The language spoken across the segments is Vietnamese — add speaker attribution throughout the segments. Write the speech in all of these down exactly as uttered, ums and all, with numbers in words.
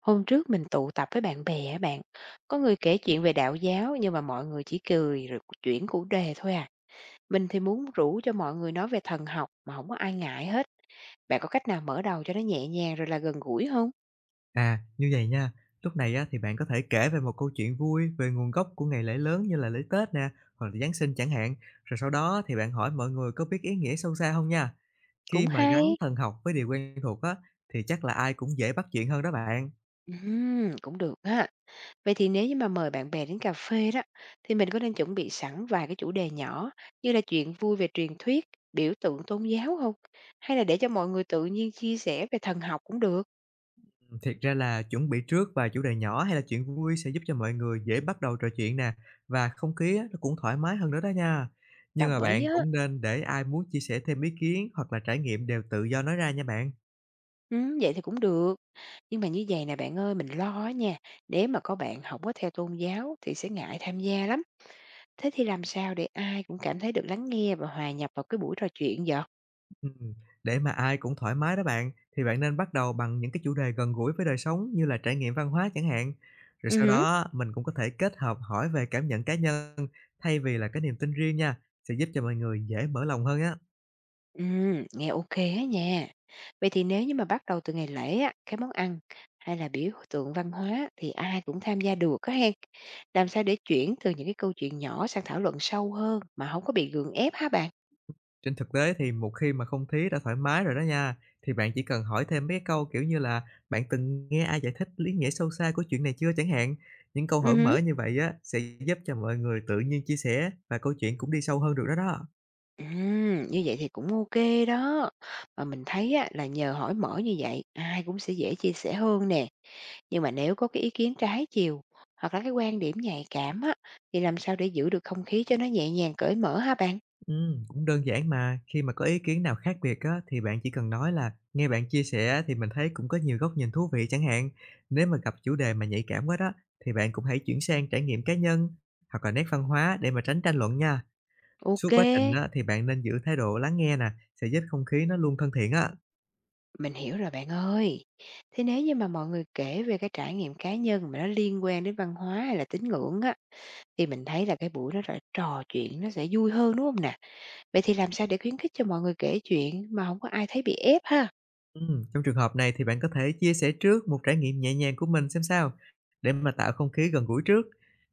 Speaker 1: Hôm trước mình tụ tập với bạn bè á bạn, có người kể chuyện về đạo giáo nhưng mà mọi người chỉ cười rồi chuyển chủ đề thôi à. Mình thì muốn rủ cho mọi người nói về thần học mà không có ai ngại hết. Bạn có cách nào mở đầu cho nó nhẹ nhàng rồi là gần gũi không?
Speaker 2: À, như vậy nha, lúc này á, thì bạn có thể kể về một câu chuyện vui về nguồn gốc của ngày lễ lớn như là lễ Tết nè, hoặc là Giáng sinh chẳng hạn, rồi sau đó thì bạn hỏi mọi người có biết ý nghĩa sâu xa không nha.
Speaker 1: Cũng
Speaker 2: Khi mà gắn
Speaker 1: hay.
Speaker 2: thần học với điều quen thuộc á, thì chắc là ai cũng dễ bắt chuyện hơn đó bạn.
Speaker 1: Ừm, cũng được á. Vậy thì nếu như mà mời bạn bè đến cà phê đó, thì mình có nên chuẩn bị sẵn vài cái chủ đề nhỏ như là chuyện vui về truyền thuyết, biểu tượng tôn giáo không? Hay là để cho mọi người tự nhiên chia sẻ về thần học cũng được?
Speaker 2: Ừm, thiệt ra là chuẩn bị trước và chủ đề nhỏ hay là chuyện vui sẽ giúp cho mọi người dễ bắt đầu trò chuyện nè, và không khí á, nó cũng thoải mái hơn nữa đó nha. Nhưng mà
Speaker 1: Đồng ý
Speaker 2: bạn
Speaker 1: á.
Speaker 2: cũng nên để ai muốn chia sẻ thêm ý kiến hoặc là trải nghiệm đều tự do nói ra nha bạn.
Speaker 1: Ừm, vậy thì cũng được. Nhưng mà như vậy nè bạn ơi, mình lo á nha, nếu mà có bạn không có theo tôn giáo thì sẽ ngại tham gia lắm. Thế thì làm sao để ai cũng cảm thấy được lắng nghe và hòa nhập vào cái buổi trò chuyện vậy?
Speaker 2: Ừm, để mà ai cũng thoải mái đó bạn, thì bạn nên bắt đầu bằng những cái chủ đề gần gũi với đời sống như là trải nghiệm văn hóa chẳng hạn. Rồi
Speaker 1: Ừ
Speaker 2: sau
Speaker 1: hứ.
Speaker 2: đó mình cũng có thể kết hợp hỏi về cảm nhận cá nhân thay vì là cái niềm tin riêng nha, sẽ giúp cho mọi người dễ mở lòng hơn á.
Speaker 1: Ừm, nghe ok á nha. Vậy thì nếu như mà bắt đầu từ ngày lễ á, cái món ăn hay là biểu tượng văn hóa thì ai cũng tham gia được á hen. Làm sao để chuyển từ những cái câu chuyện nhỏ sang thảo luận sâu hơn mà không có bị gượng ép hả bạn?
Speaker 2: Trên thực tế thì một khi mà không khí đã thoải mái rồi đó nha, thì bạn chỉ cần hỏi thêm mấy cái câu kiểu như là: bạn từng nghe ai giải thích lý nghĩa sâu xa của chuyện này chưa, chẳng hạn. Những câu hỏi
Speaker 1: Ừ.
Speaker 2: mở như vậy á sẽ giúp cho mọi người tự nhiên chia sẻ, và câu chuyện cũng đi sâu hơn được đó đó.
Speaker 1: Ừm, như vậy thì cũng ok đó. Mà mình thấy á, là nhờ hỏi mở như vậy, ai cũng sẽ dễ chia sẻ hơn nè. Nhưng mà nếu có cái ý kiến trái chiều, hoặc là cái quan điểm nhạy cảm á, thì làm sao để giữ được không khí cho nó nhẹ nhàng cởi mở ha bạn?
Speaker 2: Ừm, cũng đơn giản mà, khi mà có ý kiến nào khác biệt á, thì bạn chỉ cần nói là "Nghe bạn chia sẻ thì mình thấy cũng có nhiều góc nhìn thú vị", chẳng hạn. Nếu mà gặp chủ đề mà nhạy cảm quá đó, thì bạn cũng hãy chuyển sang trải nghiệm cá nhân hoặc là nét văn hóa để mà tránh tranh luận nha.
Speaker 1: Ok,
Speaker 2: Suốt quá trình á, thì bạn nên giữ thái độ lắng nghe nè, sẽ giúp không khí nó luôn thân thiện á.
Speaker 1: mình hiểu rồi bạn ơi. Thế nếu như mà mọi người kể về cái trải nghiệm cá nhân mà nó liên quan đến văn hóa hay là tín ngưỡng á, thì mình thấy là cái buổi nó r trò chuyện nó sẽ vui hơn, đúng không nè? Vậy thì làm sao để khuyến khích cho mọi người kể chuyện mà không có ai thấy bị ép ha?
Speaker 2: Ừm, trong trường hợp này thì bạn có thể chia sẻ trước một trải nghiệm nhẹ nhàng của mình xem sao, để mà tạo không khí gần gũi trước.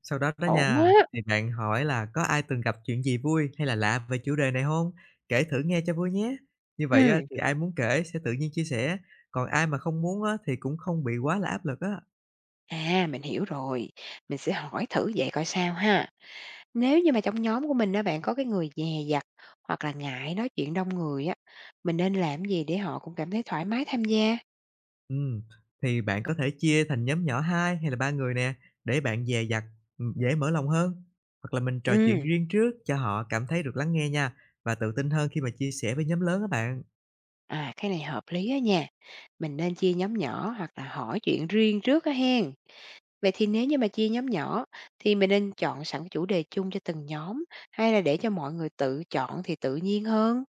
Speaker 2: Sau đó đó
Speaker 1: Ổn
Speaker 2: nha,
Speaker 1: á!
Speaker 2: thì bạn hỏi là có ai từng gặp chuyện gì vui hay là lạ về chủ đề này không. Kể thử nghe cho vui nhé. Như vậy á,
Speaker 1: Ừ,
Speaker 2: thì ai muốn kể sẽ tự nhiên chia sẻ, còn ai mà không muốn á, thì cũng không bị quá là áp lực á.
Speaker 1: à, mình hiểu rồi, mình sẽ hỏi thử vậy coi sao ha. Nếu như mà trong nhóm của mình đó bạn có cái người dè dặt hoặc là ngại nói chuyện đông người á, mình nên làm gì để họ cũng cảm thấy thoải mái tham gia?
Speaker 2: Ừm, thì bạn có thể chia thành nhóm nhỏ hai hay là ba người nè, để bạn dè dặt, ừm, dễ mở lòng hơn. Hoặc là mình trò chuyện
Speaker 1: Ừ,
Speaker 2: riêng trước cho họ cảm thấy được lắng nghe nha, và tự tin hơn khi mà chia sẻ với nhóm lớn á bạn.
Speaker 1: à cái này hợp lý á nha. Mình nên chia nhóm nhỏ hoặc là hỏi chuyện riêng trước á hen. Vậy thì nếu như mà chia nhóm nhỏ thì mình nên chọn sẵn cái chủ đề chung cho từng nhóm hay là để cho mọi người tự chọn thì tự nhiên hơn?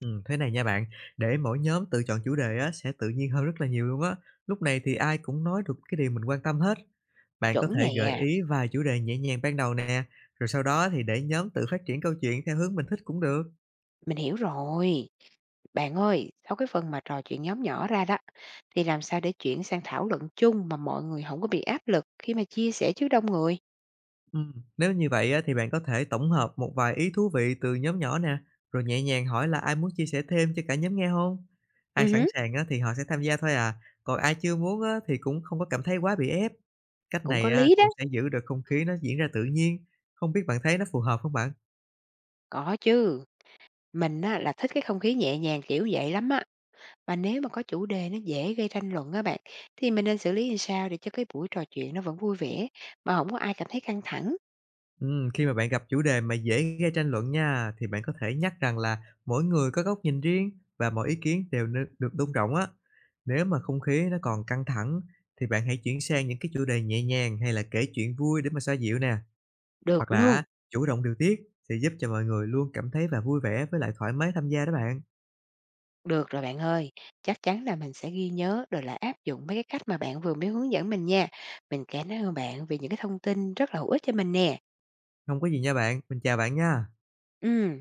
Speaker 2: Ừm, thế này nha bạn, để mỗi nhóm tự chọn chủ đề á, sẽ tự nhiên hơn rất là nhiều luôn á. Lúc này thì ai cũng nói được cái điều mình quan tâm hết. Bạn có
Speaker 1: Chuẩn
Speaker 2: thể gợi
Speaker 1: nè,
Speaker 2: ý vài chủ đề nhẹ nhàng ban đầu nè, rồi sau đó thì để nhóm tự phát triển câu chuyện theo hướng mình thích cũng được.
Speaker 1: mình hiểu rồi. Bạn ơi, sau cái phần mà trò chuyện nhóm nhỏ ra đó, thì làm sao để chuyển sang thảo luận chung mà mọi người không có bị áp lực khi mà chia sẻ trước đông người?
Speaker 2: Ừm, nếu như vậy á, thì bạn có thể tổng hợp một vài ý thú vị từ nhóm nhỏ nè, rồi nhẹ nhàng hỏi là ai muốn chia sẻ thêm cho cả nhóm nghe không.
Speaker 1: Ừ
Speaker 2: Ai sẵn
Speaker 1: hứ.
Speaker 2: sàng á, thì họ sẽ tham gia thôi à, còn ai chưa muốn á, thì cũng không có cảm thấy quá bị ép. Cách
Speaker 1: Cũng
Speaker 2: này
Speaker 1: có
Speaker 2: á,
Speaker 1: lý đó.
Speaker 2: cũng sẽ giữ được không khí nó diễn ra tự nhiên, không biết bạn thấy nó phù hợp không bạn?
Speaker 1: Có chứ, mình á, là thích cái không khí nhẹ nhàng kiểu vậy lắm á. Và nếu mà có chủ đề nó dễ gây tranh luận á bạn, thì mình nên xử lý làm sao để cho cái buổi trò chuyện nó vẫn vui vẻ, mà không có ai cảm thấy căng thẳng?
Speaker 2: Ừm, khi mà bạn gặp chủ đề mà dễ gây tranh luận nha, thì bạn có thể nhắc rằng là mỗi người có góc nhìn riêng và mọi ý kiến đều nên được tôn trọng á. Nếu mà không khí nó còn căng thẳng, thì bạn hãy chuyển sang những cái chủ đề nhẹ nhàng hay là kể chuyện vui để mà xoa dịu nè, hoặc
Speaker 1: Được
Speaker 2: là
Speaker 1: luôn.
Speaker 2: chủ động điều tiết sẽ giúp cho mọi người luôn cảm thấy và vui vẻ với lại thoải mái tham gia đó bạn.
Speaker 1: Được rồi bạn ơi, chắc chắn là mình sẽ ghi nhớ rồi là áp dụng mấy cái cách mà bạn vừa mới hướng dẫn mình nha. Mình cảm ơn bạn vì những cái thông tin rất là hữu ích cho mình nè.
Speaker 2: Không có gì nha bạn, mình chào bạn nha.
Speaker 1: Ừ.